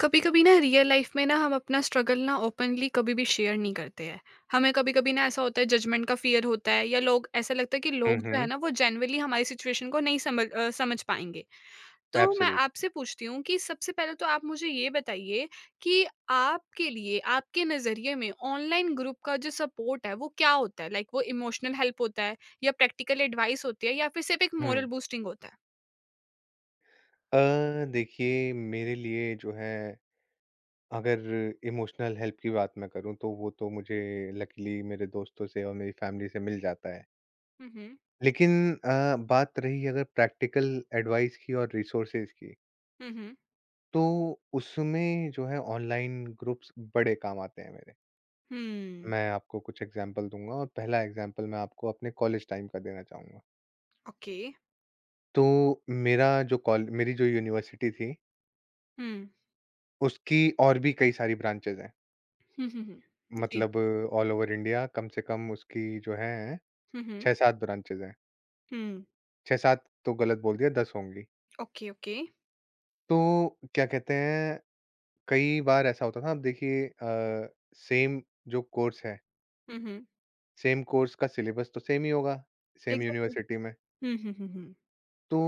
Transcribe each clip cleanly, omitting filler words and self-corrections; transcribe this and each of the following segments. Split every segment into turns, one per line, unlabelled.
कभी कभी ना रियल लाइफ में ना हम अपना स्ट्रगल ना ओपनली कभी भी शेयर नहीं करते हैं। हमें कभी कभी ना ऐसा होता है जजमेंट का फियर होता है या लोग ऐसा लगता है कि
हुँ,
लोग जो है
हुँ।
ना वो जेनरली हमारी सिचुएशन को नहीं समझ समझ पाएंगे। तो मैं
एब्सोल्यूट।
आपसे पूछती हूँ कि सबसे पहले तो आप मुझे ये बताइए कि आपके लिए आपके नज़रिए में ऑनलाइन ग्रुप का जो सपोर्ट है वो क्या होता है, लाइक वो इमोशनल हेल्प होता है या प्रैक्टिकल एडवाइस होती है या फिर सिर्फ एक
हुँ।
मोरल बूस्टिंग होता है।
देखिए मेरे लिए जो है, अगर इमोशनल हेल्प की बात मैं करूँ तो वो तो मुझे लकीली मेरे दोस्तों से और मेरी फैमिली से मिल जाता है।
हम्म।
लेकिन बात रही अगर प्रैक्टिकल एडवाइस की और रिसोर्सेज़ की,
हम्म।
तो उसमें जो है, ऑनलाइन ग्रुप्स बड़े काम आते हैं मेरे।
हम्म।
मैं आपको कुछ एग्ज़ाम्पल दूँगा, और पहला एग्ज़ाम्पल मैं आपको अपने कॉलेज टाइम का देना चाहूँगा।
ओके।
तो मेरा जो कॉल मेरी जो यूनिवर्सिटी थी,
हम्म। okay,
उसकी और भी कई सारी ब्रांचेज़ हैं।
हुँ, हुँ, हुँ। जी।
मतलब ऑल ओवर इंडिया कम से कम उसकी जो है,
हुँ, हुँ।
6-7 ब्रांचेज़ हैं।
हुँ।
6-7 तो गलत बोल दिया, 10 होंगी।
Okay, okay.
तो क्या कहते हैं, कई बार ऐसा होता था। अब देखिए, सेम जो कोर्स है,
हुँ, हुँ।
सेम कोर्स का सिलेबस तो सेम ही होगा, सेम
एग्ज़ैक्टली।
यूनिवर्सिटी में।
हुँ, हुँ, हुँ, हुँ।
तो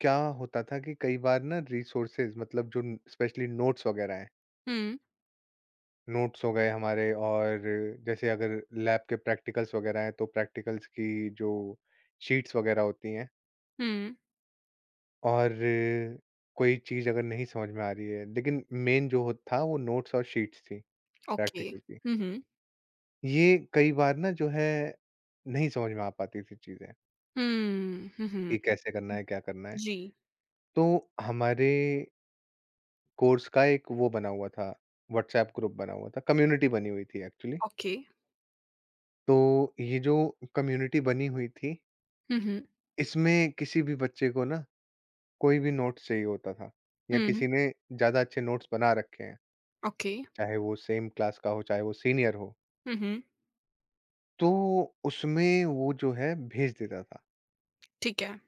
क्या होता था कि कई बार ना, रिसोर्सेज़ मतलब जो स्पेशली नोट्स वगैरह हैं,
हुँ,
नोट्स हो गए हमारे, और जैसे अगर लैब के प्रैक्टिकल्स वगैरह हैं, तो प्रैक्टिकल्स की जो शीट्स वगैरह होती हैं,
हुँ।
और कोई चीज़ अगर नहीं समझ में आ रही है, लेकिन मेन जो हो था वो नोट्स और शीट्स थी
ओके।
प्रैक्टिकल की।
हुँ, हुँ।
ये कई बार ना जो है, नहीं समझ में आ पाती थी चीज़ें
हुँ, हुँ, हुँ,
कि कैसे करना
हुँ।
है, क्या करना है।
जी।
तो हमारे कोर्स का एक वो बना हुआ था, व्हाट्सएप ग्रुप बना हुआ था, कम्युनिटी बनी हुई थी एक्चुअली।
ओके।
तो ये जो कम्युनिटी बनी हुई थी,
हुँ, हुँ।
इसमें किसी भी बच्चे को ना, कोई भी नोट्स चाहिए होता था, या
हुँ।
किसी ने ज़्यादा अच्छे नोट्स बना रखे हैं,
ओके।
चाहे वो सेम क्लास का हो, चाहे वो सीनियर हो।
हुँ, हुँ।
तो उसमें वो जो है, भेज देता था।
ठीक है।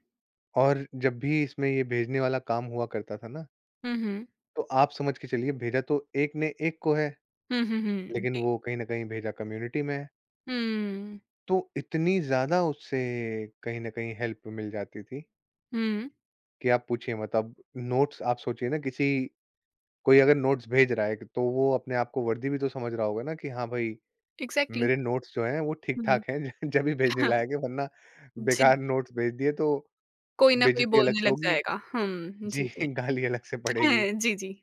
और जब भी इसमें ये भेजने वाला काम हुआ करता था ना,
हुँ, हुँ।
तो आप समझ के चलिए, भेजा तो एक ने एक को है,
हुँ, हुँ, हुँ।
लेकिन
जी।
वो कहीं न कहीं भेजा कम्युनिटी में है।
हुँ,
तो इतनी ज़्यादा उससे कहीं न कहीं हेल्प मिल जाती थी
हुँ।
कि आप पूछिए मत। अब नोट्स आप सोचिए ना, किसी कोई अगर नोट्स भेज रहा है तो वो अपने आप को वर्दी भी तो समझ रहा होगा ना कि हाँ भाई,
एग्ज़ैक्टली।
मेरे नोट्स जो हैं वो
हुँ।
ठीक-ठाक हैं ज जभी भेजने
हाँ,
लायक है, वरना
जी।
बेकार नोट्स भेज दिए तो
कोई ना कोई
बेइज़्ज़ती अलग
बोलने
से
लग
होगी।
जाएगा। हुँ,
जी,
जी, जी।
गाली अलग से पड़ेगी।
हैं, जी, जी।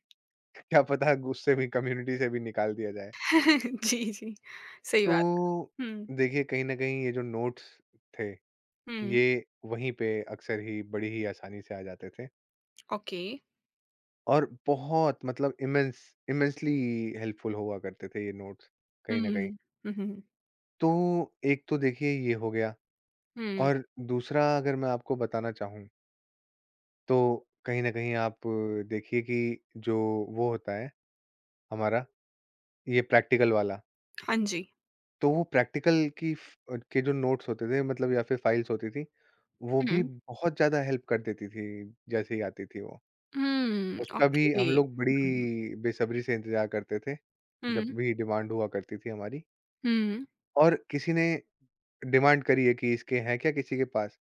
क्या पता उससे भी, कम्युनिटी से भी निकाल दिया जाए।
जी, जी। सही बात।
तो
हुँ,
देखिए, कहीं न कहीं ये जो नोट्स थे,
हुँ।
ये वहीं पे अक्सर ही बड़ी ही आसानी से आ जाते थे,
ओके।
और बहुत मतलब इमेंसली हेल्पफुल हुआ करते थे ये नोट्स,
हुँ,
कहीं न
हुँ,
कहीं।
हुँ, हुँ, हुँ।
तो एक तो देखिए ये हो गया,
हुँ।
और दूसरा अगर मैं आपको बताना चाहूँ, तो कहीं न कहीं आप देखिए कि जो वो होता है हमारा, ये प्रैक्टिकल वाला।
हाँ जी।
तो वो प्रैक्टिकल की फ के जो नोट्स होते थे, मतलब या फिर फाइल्स होती थी, वो भी
हुँ।
बहुत ज़्यादा हेल्प कर देती थी, जैसे ही आती थी वो।
हुँ,
उसका भी
ओके।
हम लोग
हुँ।
बड़ी बेसब्री से इंतज़ार करते थे, जब
हुँ,
भी डिमांड हुआ करती थी हमारी।
हुँ,
और किसी ने डिमांड करी है कि इसके हैं क्या किसी के पास?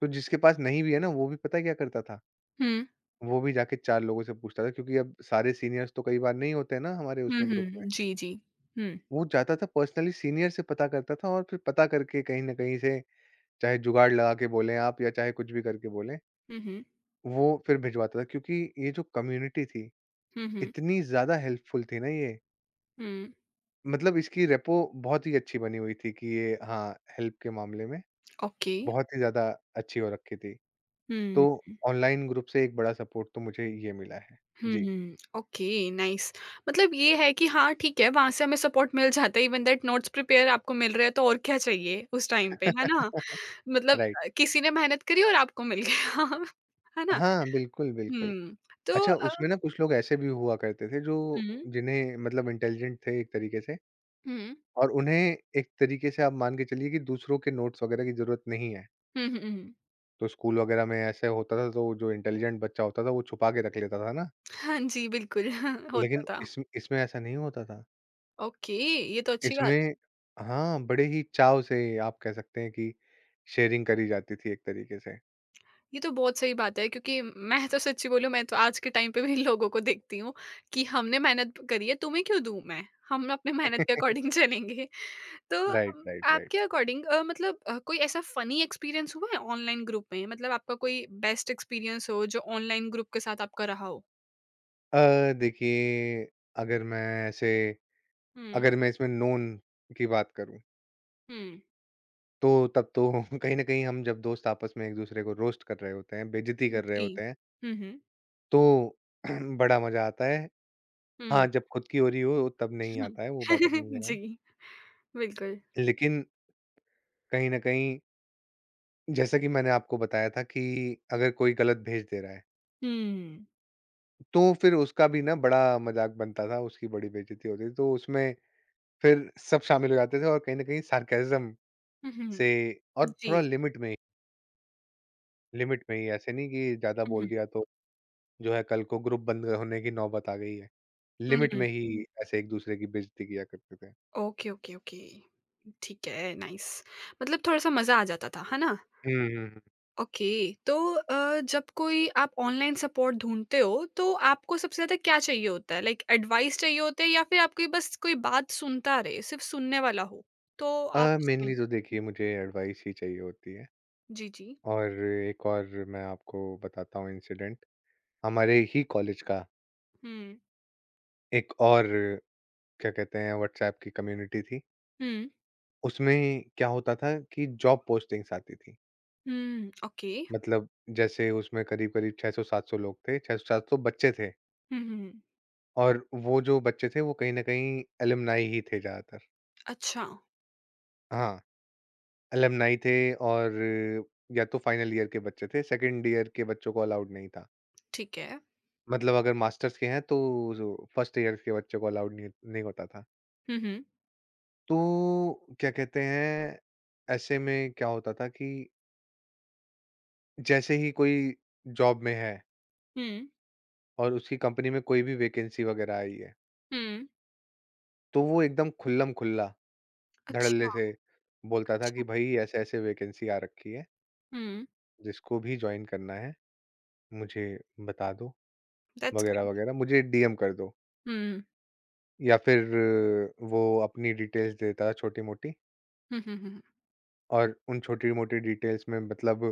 तो जिसके पास नहीं भी है ना, वो भी पता है क्या करता था?
हुँ,
वो भी जाके 4 लोगों से पूछता था, क्योंकि अब सारे सीनियर्स तो कई बार नहीं होते हैं ना हमारे
हुँ,
उसमें ग्रुप में।
हुँ। जी, जी। हुँ,
वो जाता था पर्सनली सीनियर से पता करता था, और फिर पता करके कहीं न कहीं से, चाहे जुगाड़ लगा के बोलें आप, या चाहे कुछ भी करके बोलें,
हुँ, हुँ,
वो फिर भिजवाता था, क्योंकि ये जो कम्युनिटी थी,
हुँ, हुँ,
इतनी ज़्यादा हेल्पफुल थी ना ये,
हुँ,
मतलब इसकी रेपो बहुत ही अच्छी बनी हुई थी कि ये, हाँ, हेल्प के मामले में
ओके।
बहुत ही ज़्यादा अच्छी हो रखी थी। तो
हुँ,
ऑनलाइन ग्रुप से एक बड़ा सपोर्ट तो मुझे ये मिला है।
हुँ,
जी।
हुँ, ओके, नाइस। मतलब ये है कि हाँ, ठीक है, वहाँ से हमें सपोर्ट मिल जाता है, इवन दैट नोट्स प्रिपेयर आपको मिल रहे हैं, तो और क्या चाहिए उस टाइम पे, है ना? मतलब
राइट।
किसी ने मेहनत करी और आपको मिल गया, है ना?
हाँ, बिल्कुल, बिल्कुल।
हुँ, तो
अच्छा, उसमें ना कुछ लोग ऐसे भी हुआ करते थे जो
हुँ,
जिन्हें मतलब इंटेलिजेंट थे एक तरीके से।
हुँ,
और उन्हें एक तरीके से आप मान के चलिए कि दूसरों के नोट्स वगैरह की ज़रूरत नहीं है।
हुँ, हुँ, हुँ।
तो स्कूल वगैरह में ऐसे होता था, तो जो इंटेलिजेंट बच्चा होता था वो छुपा के रख लेता था ना,
हाँ जी, बिल्कुल, होता
लेकिन
था।
इसमें ऐसा नहीं होता था।
ओके, ये तो अच्छी बात।
इसमें हाँ, बड़े ही चाव से आप कह सकते हैं कि शेयरिंग करी जाती थी एक तरीके से।
ये तो बहुत सही बात है क्योंकि मैं तो सच्ची बोलूँ, मैं तो आज के टाइम पे भी लोगों को देखती हूँ कि हमने मेहनत करी है, तुम्हें क्यों दूँ मैं? हम अपने मेहनत के अकॉर्डिंग चलेंगे। तो
राइट, राइट,
आपके
राइट।
अकॉर्डिंग मतलब कोई ऐसा फ़नी एक्सपीरियंस हुआ है ऑनलाइन ग्रुप में? मतलब आपका कोई बेस्ट एक्सपीरियंस हो जो ऑनलाइन ग्रुप के साथ आपका रहा हो?
देखिए, अगर मैं ऐसे
हुँ,
अगर मैं इसमें नोन की बात करूँ,
हुँ।
तो तब तो कहीं न कहीं हम जब दोस्त आपस में एक-दूसरे को रोस्ट कर रहे होते हैं, बेइज़्ज़ती कर रहे
जी।
होते हैं,
हुँ, हुँ।
तो बड़ा मज़ा आता है। हाँ,
हुँ,
जब खुद की हो रही हो तब नहीं
हुँ।
आता है, वो बात अपनी जगह है।
जी, बिल्कुल।
लेकिन कहीं न कहीं, जैसा कि मैंने आपको बताया था कि अगर कोई गलत भेज दे रहा है,
हुँ।
तो फिर उसका भी ना बड़ा मज़ाक बनता था, उसकी बड़ी बेइज़्ज़ती होती थी। तो उसमें फिर सब शामिल हो जाते थे, और कहीं न कहीं सार्केज़्म
हुँ, हुँ।
से, और थोड़ा
जी।
लिमिट में ही, लिमिट में ही, ऐसे नहीं कि ज़्यादा
हुँ,
बोल
हुँ।
दिया तो जो है, कल को ग्रुप बंद होने की नौबत आ गई है।
हुँ,
लिमिट
हुँ।
में ही ऐसे एक-दूसरे की बेइज़्ज़ती किया करते थे।
Okay, okay, okay. ठीक है, नाइस। मतलब थोड़ा-सा मज़ा आ जाता था, है ना?
हुँ, हुँ, हुँ।
ओके, तो जब कोई आप ऑनलाइन सपोर्ट ढूँढते हो, तो आपको सबसे ज़्यादा क्या चाहिए होता है? लाइक एडवाइस चाहिए होता है या फिर आपकी बस कोई बात सुनता रहे, सिर्फ़ सुनने वाला हो? तो आप उस
मेनली
टाइम।
तो
हुँ,
देखिए मुझे एडवाइस ही चाहिए होती है।
जी, जी।
और एक और मैं आपको बताता हूँ इंसिडेंट, हमारे ही कॉलेज का,
हुँ,
एक और क्या कहते हैं व्हाट्सएप की कम्युनिटी थी,
हुँ,
उसमें क्या होता था कि जॉब पोस्टिंग्स आती थी।
हुँ, ओके।
मतलब जैसे उसमें करीब करीब 600-700 लोग थे, 600-700 बच्चे थे,
हुँ, हुँ।
और वो जो बच्चे थे वो कहीं ना कहीं एलुमनाई ही थे ज़्यादातर।
अच्छा,
हाँ, एलुमनाई थे। और या तो फाइनल ईयर के बच्चे थे, सेकंड ईयर के बच्चों को अलाउड नहीं था।
ठीक है।
मतलब अगर मास्टर्स के हैं तो, जो फर्स्ट ईयर के बच्चों को अलाउड नहीं नहीं होता था।
हुँ, हुँ,
तो क्या कहते हैं, ऐसे में क्या होता था कि जैसे ही कोई जॉब में है,
हुँ,
और उसकी कंपनी में कोई भी वैकेंसी वगैरह आई है,
हुँ।
तो वो एकदम खुल्लम-खुल्ला, धड़ल्ले
अच्छा,
से बोलता था कि
अच्छा।
भई ऐसे-ऐसे वैकेंसी आ रखी है,
हुँ,
जिसको भी जॉइन करना है मुझे बता दो
दैट्स ग्रेट।
वगैरह-वगैरह, मुझे डीएम कर दो।
हुँ,
या फिर वो अपनी डिटेल्स देता था छोटी-मोटी।
हुँ, हुँ, हुँ, हुँ।
और उन छोटी-मोटी डिटेल्स में, मतलब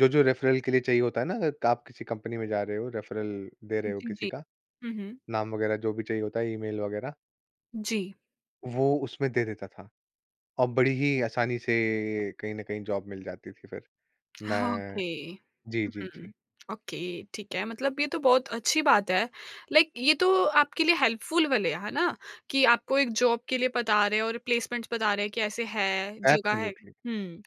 जो-जो रेफरल के लिए चाहिए होता है ना, अगर आप किसी कंपनी में जा रहे हो, रेफरल दे रहे हो
जी,
किसी
जी।
का,
हुँ, हुँ।
नाम वगैरह जो भी चाहिए होता है, ईमेल वगैरह,
जी।
वो उसमें दे देता था, और बड़ी ही आसानी से कहीं न कहीं जॉब मिल जाती थी फिर।
हाँ,
मैं
ओके।
जी, जी,
हुँ।
जी।
ओके, ठीक है, मतलब ये तो बहुत अच्छी बात है। लाइक ये तो आपके लिए हेल्पफुल वाले है ना? कि आपको एक जॉब के लिए बता रहे हैं और प्लेसमेंट्स बता रहे हैं कि ऐसे है, जगह है।
एब्सोल्युटली।
हुँ।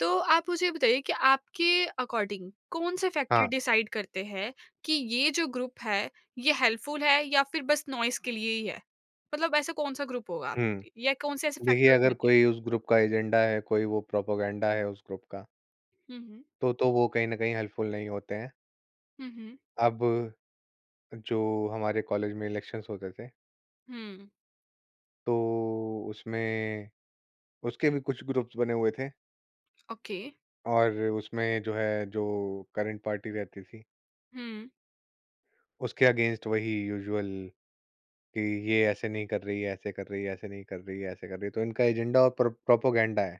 तो आप मुझे बताइए कि आपके अकॉर्डिंग कौन-से फैक्टर
हाँ।
डिसाइड करते हैं कि ये जो ग्रुप है, ये हेल्पफुल है या फिर बस नॉइज़ के लिए ही है? मतलब ऐसा कौन-सा ग्रुप होगा आप,
हुँ।
या कौन-से ऐसे
देखिए,
फैक्टर्स
अगर
होंगे?
कोई उस ग्रुप का एजेंडा है, कोई वो प्रोपेगेंडा है उस ग्रुप का,
हुँ, हुँ।
तो वो कहीं न कहीं हेल्पफुल नहीं होते हैं।
हुँ, हुँ।
अब जो हमारे कॉलेज में इलेक्शंस होते थे,
हुँ,
तो उसमें उसके भी कुछ ग्रुप्स बने हुए थे,
ओके।
और उसमें जो है, जो करंट पार्टी रहती थी
हुँ।
उसके अगेंस्ट वही यूजुअल कि ये ऐसे नहीं कर रही है, ऐसे कर रही है, ऐसे नहीं कर रही है, ऐसे कर रही है, तो इनका एजेंडा और प्रोपोगेंडा है,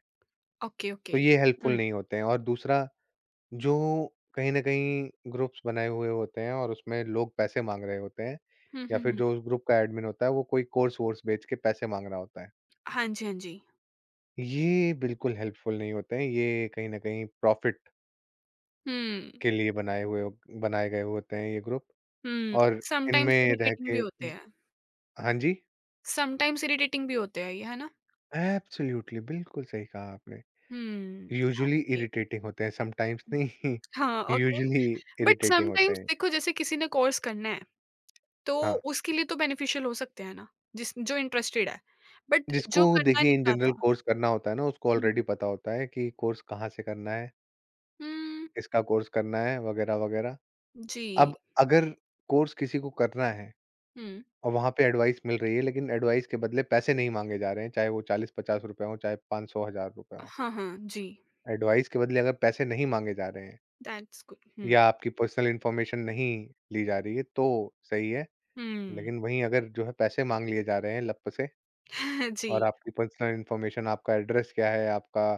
ओके, ओके।
तो ये हेल्पफुल
हुँ।
नहीं होते हैं। और दूसरा, जो कहीं ना कहीं ग्रुप्स बनाए हुए होते हैं और उसमें लोग पैसे मांग रहे होते हैं,
हुँ,
या
हुँ,
फिर
हुँ।
जो उस ग्रुप का एडमिन होता है वो कोई कोर्स वोर्स बेच के पैसे मांग रहा होता है,
हाँ जी, हाँ जी।
ये बिल्कुल हेल्पफुल नहीं होते हैं। ये कहीं ना कहीं प्रॉफिट
हुँ,
के लिए बनाए हुए, बनाए गए होते हैं ये ग्रुप,
हुँ।
और
समटाइम्स
इनमें रह
इरिटेटिंग भी
के
होते
ज
हैं।
हाँ जी।
समटाइम्स इरिटेटिंग भी होते हैं ये, है ना?
एब्सोल्यूटली, बिल्कुल सही कहा आपने।
हुँ,
यूजुअली
ओके।
इरिटेटिंग होते हैं, समटाइम्स नहीं,
हाँ, ओके।
यूजुअली
बट
इरिटेटिंग होते
समटाइम्स
हैं।
देखो, जैसे किसी ने कोर्स करना है, तो
हाँ,
उसके लिए तो बेनिफिशियल हो सकते हैं ना, जिस जो इंटरेस्टेड है। बट
जिसको
जो करना
देखिए
नहीं
इन जनरल
चाहता।
कोर्स करना होता है ना, उसको
हुँ,
ऑलरेडी पता होता है कि कोर्स कहाँ से करना है,
हुँ,
किसका कोर्स करना है वगैरह, वगैरह।
जी,
अब अगर कोर्स किसी को करना है,
हुँ।
और वहाँ पे एडवाइस मिल रही है, लेकिन एडवाइस के बदले पैसे नहीं माँगे जा रहे हैं, चाहे वो ₹40-50 हों, चाहे ₹500, ₹1000 हों।
हाँ, हाँ, जी।
एडवाइस के बदले अगर पैसे नहीं माँगे जा रहे हैं,
दैट्स गुड। हुँ,
या आपकी पर्सनल इन्फॉर्मेशन नहीं ली जा रही है, तो सही है।
हुँ।
लेकिन वहीं अगर जो है, पैसे माँग लिए जा रहे हैं लप से,
जी,
और आपकी पर्सनल इन्फॉर्मेशन, आपका एड्रेस क्या है, आपका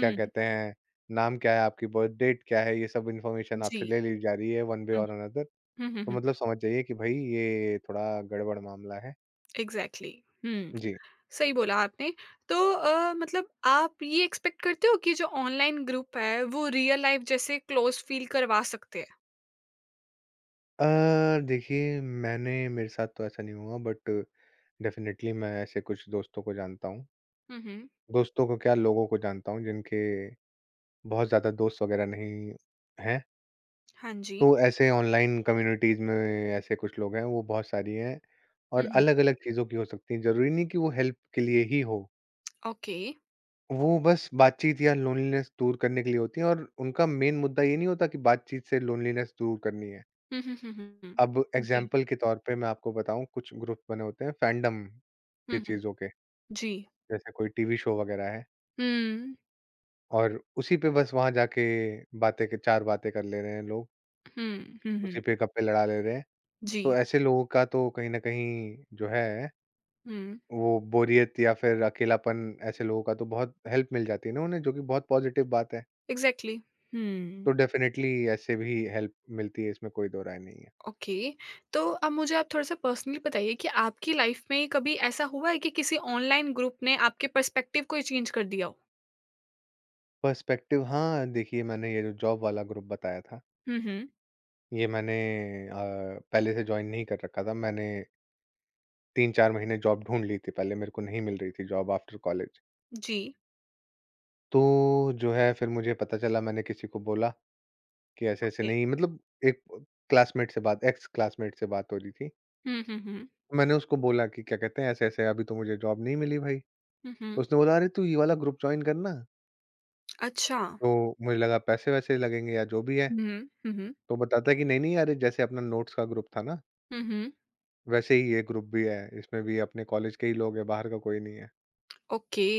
क्या कहते हैं, नाम क्या है, आपकी बर्थ डेट क्या है, ये सब इन्फॉर्मेशन आपसे
जी।
ले ली जा रही है वन वे
हुँ,
और अनदर,
हुँ, हुँ,
तो
हुँ।
मतलब समझ जाइए कि भई ये थोड़ा गड़बड़ मामला है।
एग्जैक्टली। हुँ,
जी।
सही बोला आपने। तो मतलब आप ये एक्सपेक्ट करते हो कि जो ऑनलाइन ग्रुप है वो रियल लाइफ जैसे क्लोज़ फ़ील करवा सकते हैं?
अ, देखिए मैंने मेरे साथ तो ऐसा नहीं हुआ, बट डेफ़िनेटली मैं ऐसे कुछ दोस्तों को जानता हूँ।
हुँ, हुँ।
दोस्तों को क्या लोगों को जानता हूँ जिनके बहुत ज़्यादा दोस्त वग़ैरह नहीं हैं।
हाँ जी।
तो ऐसे ऑनलाइन कम्युनिटीज़ में ऐसे कुछ लोग हैं, वो बहुत सारी हैं
हुँ,
और
हुँ।
अलग-अलग चीज़ों की हो सकती हैं। ज़रूरी नहीं कि वो हेल्प के लिए ही हो।
ओके।
वो बस बातचीत या लोनलीनेस दूर करने के लिए होती हैं, और उनका मेन मुद्दा ये नहीं होता कि बातचीत से लोनलीनेस दूर करनी है।
हुँ, हुँ, हुँ, हुँ, हुँ।
अब
जी।
एग्ज़ाम्पल के तौर पे मैं आपको बताऊँ, कुछ ग्रुप बने होते हैं फैंडम के
हुँ, हुँ।
चीज़ों के,
जी।
जैसे कोई टीवी शो वग़ैरह है।
हुँ,
और उसी पे बस वहाँ जाके बातें क 4 बातें कर ले रहे हैं लोग,
हुँ, हुँ,
उसी
हुँ।
पे गप्पे लड़ा ले रहे हैं।
जी।
तो ऐसे लोगों का तो कहीं न कहीं जो है,
हुँ,
वो बोरियत या फिर अकेलापन, ऐसे लोगों का तो बहुत हेल्प मिल जाती है ना उन्हें, जो कि बहुत पॉज़िटिव बात है।
एग्जैक्टली। हुँ,
तो डेफ़िनेटली ऐसे भी हेल्प मिलती है, इसमें कोई दो राय नहीं है।
ओके। तो अब मुझे आप थोड़ा-सा पर्सनली बताइए कि आपकी लाइफ में कभी ऐसा हुआ है कि किसी ऑनलाइन ग्रुप ने आपके पर्सपेक्टिव को ही चेंज कर दिया हो?
पर्सपेक्टिव, हाँ, देखिए मैंने ये जो जॉब वाला ग्रुप बताया था,
हुँ, हुँ।
ये मैंने अ, पहले से जॉइन नहीं कर रखा था। मैंने 3-4 महीने जॉब ढूँढ ली थी पहले, मेरे को नहीं मिल रही थी जॉब आफ्टर कॉलेज।
जी।
तो जो है, फिर मुझे पता चला, मैंने किसी को बोला कि ऐसे-ऐसे नहीं मतलब, एक क्लासमेट से बात एक्स क्लासमेट से बात हो रही थी।
हुँ, हुँ, हुँ।
मैंने उसको बोला कि क्या कहते हैं ऐसे-ऐसे, अभी तो मुझे जॉब नहीं मिली भाई।
हुँ,
तो
हुँ।
उसने बोला, अरे तू ये वाला ग्रुप जॉइन करना।
अच्छा।
तो मुझे लगा पैसे-वैसे लगेंगे या जो भी है।
हुँ, हुँ, हुँ।
तो बताता है कि नहीं-नहीं, अरे जैसे अपना नोट्स का ग्रुप था ना,
हुँ, हुँ।
वैसे ही ये ग्रुप भी है। इसमें भी अपने कॉलेज के ही लोग हैं, बाहर का कोई नहीं है।
ओके।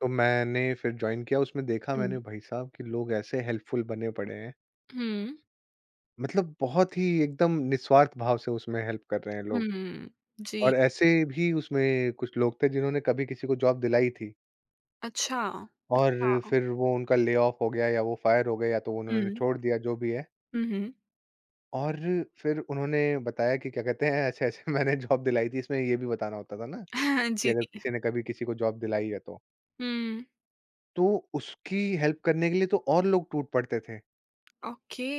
तो मैंने फिर जॉइन किया, उसमें देखा
हुँ,
मैंने भाई साहब, कि लोग ऐसे हेल्पफुल बने पड़े हैं।
हुँ,
मतलब बहुत ही एकदम निस्वार्थ भाव से उसमें हेल्प कर रहे हैं लोग।
हुँ। जी।
और ऐसे भी उसमें कुछ लोग थे जिन्होंने कभी किसी को जॉब दिलाई थी,
अच्छा, अच्छा।
और फिर वो उनका ले ऑफ हो गया या वो फायर हो गए या तो उन्होंने
हुँ,
छोड़ दिया, जो भी है।
हुँ, हुँ।
और फिर उन्होंने बताया कि क्या कहते हैं ऐसे-ऐसे मैंने जॉब दिलाई थी, इसमें ये भी बताना होता था ना कि
जी,
अगर
जी।
किसी ने कभी किसी को जॉब दिलाई है तो।
हुँ,
तो उसकी हेल्प करने के लिए तो और लोग टूट पड़ते थे।
ओके।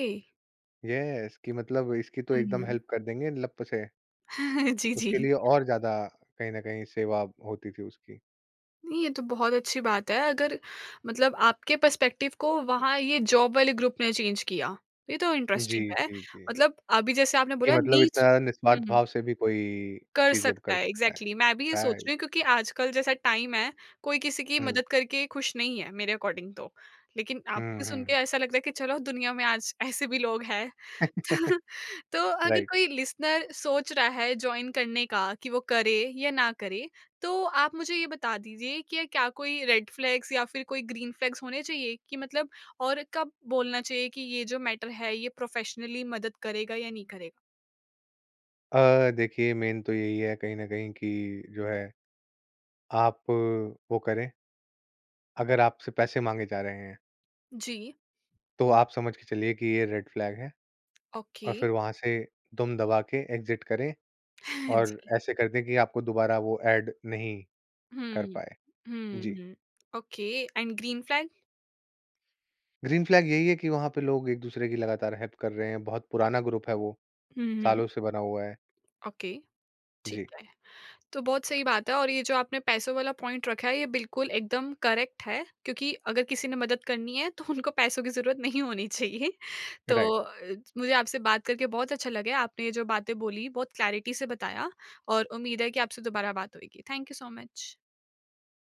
येस, कि मतलब इसकी तो एकदम
हुँ।
हेल्प कर देंगे लप से।
जी, जी।
उसके लिए और ज़्यादा कहीं न कहीं सेवा होती थी उसकी।
नहीं, ये तो बहुत अच्छी बात है, अगर मतलब आपके पर्सपेक्टिव को वहाँ ये जॉब वाले ग्रुप ने चेंज किया। ये तो इंटरेस्टिंग
जी,
है।
जी, जी।
मतलब अभी जैसे आपने
कि
बोला
मतलब
नीड्स।
इतना
हुँ,
निस्वार्थ
हुँ।
भाव से भी कोई
कर
चीज़ें
सकता
कर
है,
सकता है।
एग्ज़ैक्टली मैं भी ये सोच
राइट।
रही हूँ क्योंकि आजकल जैसा टाइम है, कोई किसी की
हुँ।
मदद करके खुश नहीं है मेरे अकॉर्डिंग तो। लेकिन
हुँ,
आपसे सुन के
हुँ।
ऐसा लगता है कि चलो दुनिया में आज ऐसे भी लोग हैं। तो अगर
राइट।
कोई लिसनर सोच रहा है जॉइन करने का कि वो करे या ना करे, तो आप मुझे ये बता दीजिए कि क्या कोई रेड फ्लैग्स या फिर कोई ग्रीन फ्लैग्स होने चाहिए, कि मतलब और कब बोलना चाहिए कि ये जो मैटर है ये प्रोफ़ेशनली मदद करेगा या नहीं करेगा?
देखिए मेन तो यही है कहीं न कहीं कि जो है आप वो करें, अगर आपसे पैसे माँगे जा रहे हैं,
जी,
तो आप समझ के चलिए कि ये रेड फ्लैग है,
ओके।
और फिर वहाँ से दम दबा के एग्ज़िट करें और
जी।
ऐसे कर दें कि आपको दोबारा वो ऐड नहीं कर
हुँ।
पाएँ।
हुँ,
जी।
हुँ। Okay, and green flag?
Green flag यही है कि वहाँ पे लोग एक-दूसरे की लगातार हेल्प कर रहे हैं, बहुत पुराना ग्रुप है वो,
हुँ, हुँ।
सालों से बना हुआ है।
ओके, ठीक
जी,
है। तो बहुत सही बात है, और ये जो आपने पैसों वाला पॉइंट रखा है, ये बिल्कुल एकदम करेक्ट है क्योंकि अगर किसी ने मदद करनी है तो उनको पैसों की ज़रूरत नहीं होनी चाहिए। तो
राइट।
मुझे आपसे बात करके बहुत अच्छा लगा। आपने ये जो बातें बोली, बहुत क्लैरिटी से बताया, और उम्मीद है कि आपसे दोबारा बात होएगी। Thank you so much.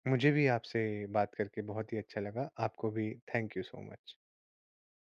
मुझे भी आपसे बात करके बहुत ही अच्छा लगा, आपको भी थैंक यू सो मच।